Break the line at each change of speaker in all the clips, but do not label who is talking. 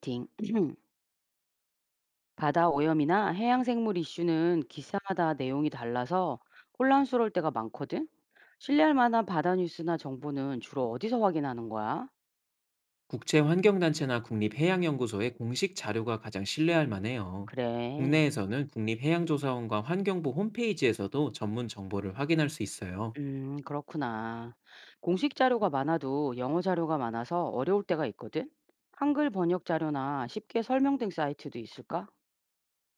팅. 바다 오염이나 해양 생물 이슈는 기사마다 내용이 달라서 혼란스러울 때가 많거든. 신뢰할 만한 바다 뉴스나 정보는 주로 어디서 확인하는 거야?
국제환경단체나 국립해양연구소의 공식 자료가 가장 신뢰할 만해요.
그래.
국내에서는 국립해양조사원과 환경부 홈페이지에서도 전문 정보를 확인할 수 있어요.
그렇구나. 공식 자료가 많아도 영어 자료가 많아서 어려울 때가 있거든. 한글 번역 자료나 쉽게 설명된 사이트도 있을까?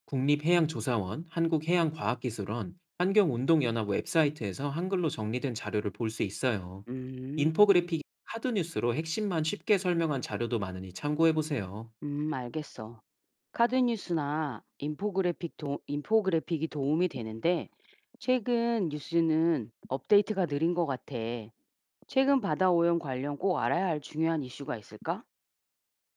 국립해양조사원, 한국해양과학기술원, 환경운동연합 웹사이트에서 한글로 정리된 자료를 볼 수 있어요.
음,
인포그래픽, 카드뉴스로 핵심만 쉽게 설명한 자료도 많으니 참고해보세요.
알겠어. 카드 뉴스나 인포그래픽이 도움이 되는데 최근 뉴스는 업데이트가 느린 것 같아. 최근 바다 오염 관련 꼭 알아야 할 중요한 이슈가 있을까?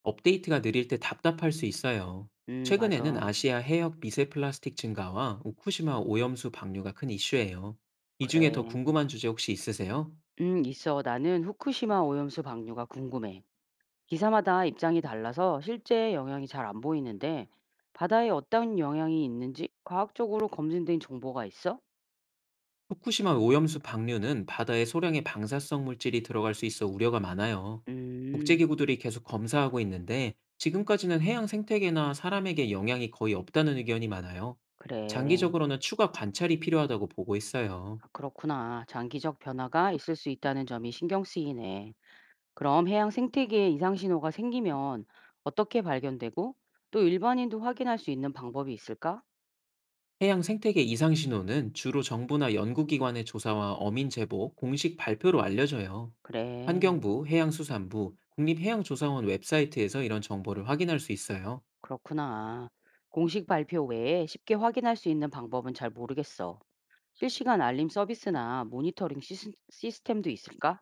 업데이트가 느릴 때 답답할 수 있어요. 최근에는
맞아.
아시아 해역 미세 플라스틱 증가와 후쿠시마 오염수 방류가 큰 이슈예요. 이 중에 더
그래.
궁금한 주제 혹시 있으세요?
있어. 나는 후쿠시마 오염수 방류가 궁금해. 기사마다 입장이 달라서 실제 영향이 잘 안 보이는데 바다에 어떤 영향이 있는지 과학적으로 검증된 정보가 있어?
후쿠시마 오염수 방류는 바다에 소량의 방사성 물질이 들어갈 수 있어 우려가 많아요.
음,
국제기구들이 계속 검사하고 있는데 지금까지는 해양 생태계나 사람에게 영향이 거의 없다는 의견이 많아요.
그래.
장기적으로는 추가 관찰이 필요하다고 보고 있어요.
아, 그렇구나. 장기적 변화가 있을 수 있다는 점이 신경 쓰이네. 그럼 해양 생태계에 이상 신호가 생기면 어떻게 발견되고 또 일반인도 확인할 수 있는 방법이 있을까?
해양 생태계 이상 신호는 주로 정부나 연구기관의 조사와 어민 제보, 공식 발표로 알려져요.
그래,
환경부, 해양수산부, 국립해양조사원 웹사이트에서 이런 정보를 확인할 수 있어요.
그렇구나. 공식 발표 외에 쉽게 확인할 수 있는 방법은 잘 모르겠어. 실시간 알림 서비스나 모니터링 시스템도 있을까?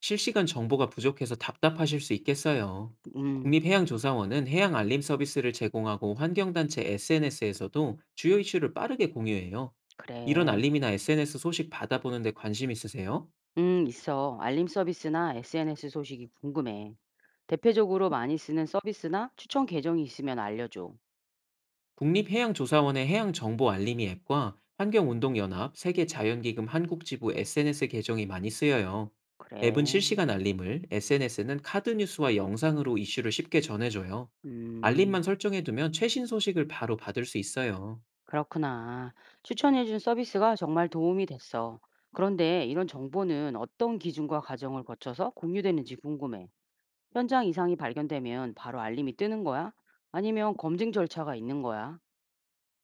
실시간 정보가 부족해서 답답하실 수 있겠어요.
음,
국립해양조사원은 해양 알림 서비스를 제공하고 환경단체 SNS에서도 주요 이슈를 빠르게 공유해요. 이런
그래.
알림이나 SNS 소식 받아보는데 관심 있으세요?
있어. 알림 서비스나 SNS 소식이 궁금해. 대표적으로 많이 쓰는 서비스나 추천 계정이 있으면 알려줘.
국립해양조사원의 해양정보알림이 앱과 환경운동연합, 세계자연기금 한국지부 SNS 계정이 많이 쓰여요. 앱은
그래.
실시간 알림을, SNS는 카드 뉴스와 영상으로 이슈를 쉽게 전해줘요.
음.
알림만 설정해두면 최신 소식을 바로 받을 수 있어요.
그렇구나. 추천해 준 서비스가 정말 도움이 됐어. 그런데 이런 정보는 어떤 기준과 과정을 거쳐서 공유되는지 궁금해. 현장 이상이 발견되면 바로 알림이 뜨는 거야? 아니면 검증 절차가 있는 거야?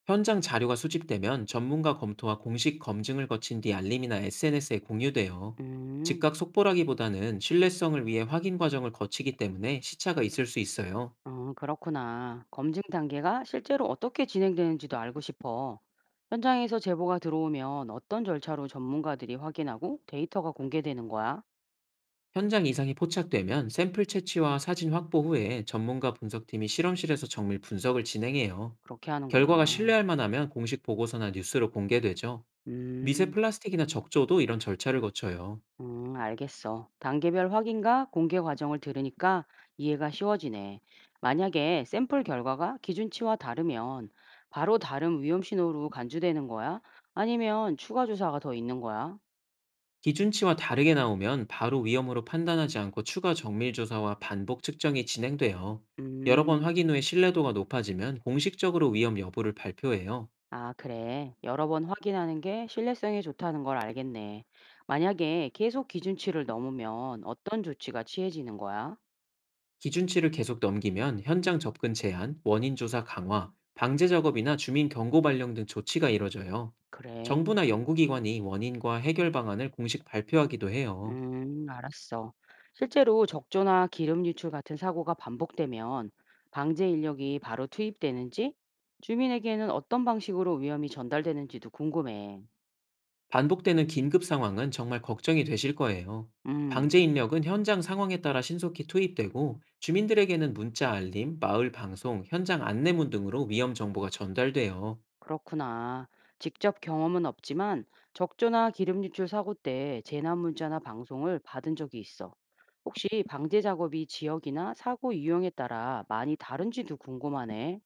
현장 자료가 수집되면 전문가 검토와 공식 검증을 거친 뒤 알림이나 SNS에 공유돼요.
음.
즉각 속보라기보다는 신뢰성을 위해 확인 과정을 거치기 때문에 시차가 있을 수 있어요.
어, 그렇구나. 검증 단계가 실제로 어떻게 진행되는지도 알고 싶어. 현장에서 제보가 들어오면 어떤 절차로 전문가들이 확인하고 데이터가 공개되는 거야?
현장 이상이 포착되면 샘플 채취와 사진 확보 후에 전문가 분석팀이 실험실에서 정밀 분석을 진행해요.
그렇게
결과가
하는구나.
신뢰할 만하면 공식 보고서나 뉴스로 공개되죠. 미세
음.
플라스틱이나 적조도 이런 절차를 거쳐요.
알겠어. 단계별 확인과 공개 과정을 들으니까 이해가 쉬워지네. 만약에 샘플 결과가 기준치와 다르면 바로 다른 위험 신호로 간주되는 거야? 아니면 추가 조사가 더 있는 거야?
기준치와 다르게 나오면 바로 위험으로 판단하지 않고 추가 정밀 조사와 반복 측정이 진행돼요. 여러 번
음,
확인 후에 신뢰도가 높아지면 공식적으로 위험 여부를 발표해요.
아, 그래. 여러 번 확인하는 게 신뢰성에 좋다는 걸 알겠네. 만약에 계속 기준치를 넘으면 어떤 조치가 취해지는 거야?
기준치를 계속 넘기면 현장 접근 제한, 원인 조사 강화, 방제 작업이나 주민 경고 발령 등 조치가 이뤄져요.
그래.
정부나 연구기관이 원인과 해결 방안을 공식 발표하기도 해요.
알았어. 실제로 적조나 기름 유출 같은 사고가 반복되면 방제 인력이 바로 투입되는지, 주민에게는 어떤 방식으로 위험이 전달되는지도 궁금해.
반복되는 긴급 상황은 정말 걱정이 되실 거예요.
음,
방제 인력은 현장 상황에 따라 신속히 투입되고 주민들에게는 문자 알림, 마을 방송, 현장 안내문 등으로 위험 정보가 전달돼요.
그렇구나. 직접 경험은 없지만 적조나 기름 유출 사고 때 재난 문자나 방송을 받은 적이 있어. 혹시 방제 작업이 지역이나 사고 유형에 따라 많이 다른지도 궁금하네.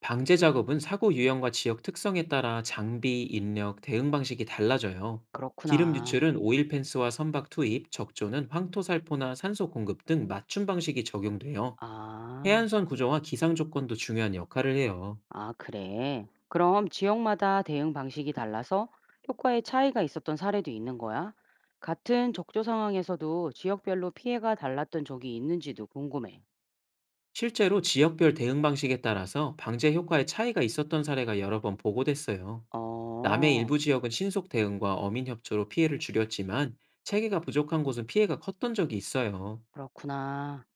방제 작업은 사고 유형과 지역 특성에 따라 장비, 인력, 대응 방식이 달라져요. 기름
그렇구나.
유출은 오일 펜스와 선박 투입, 적조는 황토 살포나 산소 공급 등 맞춤 방식이 적용돼요.
아.
해안선 구조와 기상 조건도 중요한 역할을 해요.
아, 그래. 그럼 지역마다 대응 방식이 달라서 효과에 차이가 있었던 사례도 있는 거야? 같은 적조 상황에서도 지역별로 피해가 달랐던 적이 있는지도 궁금해.
실제로 지역별 대응 방식에 따라서 방제 효과에 차이가 있었던 사례가 여러 번 보고됐어요. 남해
어,
일부 지역은 신속 대응과 어민 협조로 피해를 줄였지만 체계가 부족한 곳은 피해가 컸던 적이 있어요.
그렇구나.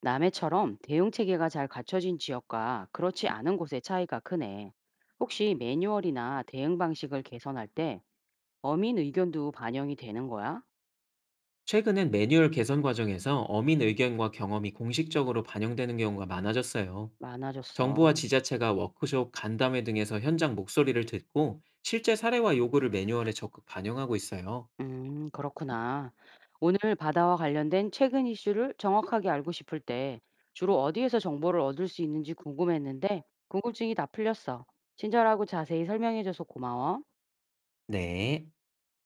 남해처럼 대응 체계가 잘 갖춰진 지역과 그렇지 않은 곳의 차이가 크네. 혹시 매뉴얼이나 대응 방식을 개선할 때 어민 의견도 반영이 되는 거야?
최근엔 매뉴얼 개선 과정에서 어민 의견과 경험이 공식적으로 반영되는 경우가 많아졌어요.
많아졌어.
정부와 지자체가 워크숍, 간담회 등에서 현장 목소리를 듣고 실제 사례와 요구를 매뉴얼에 적극 반영하고 있어요.
그렇구나. 오늘 바다와 관련된 최근 이슈를 정확하게 알고 싶을 때 주로 어디에서 정보를 얻을 수 있는지 궁금했는데 궁금증이 다 풀렸어. 친절하고 자세히 설명해줘서 고마워.
네.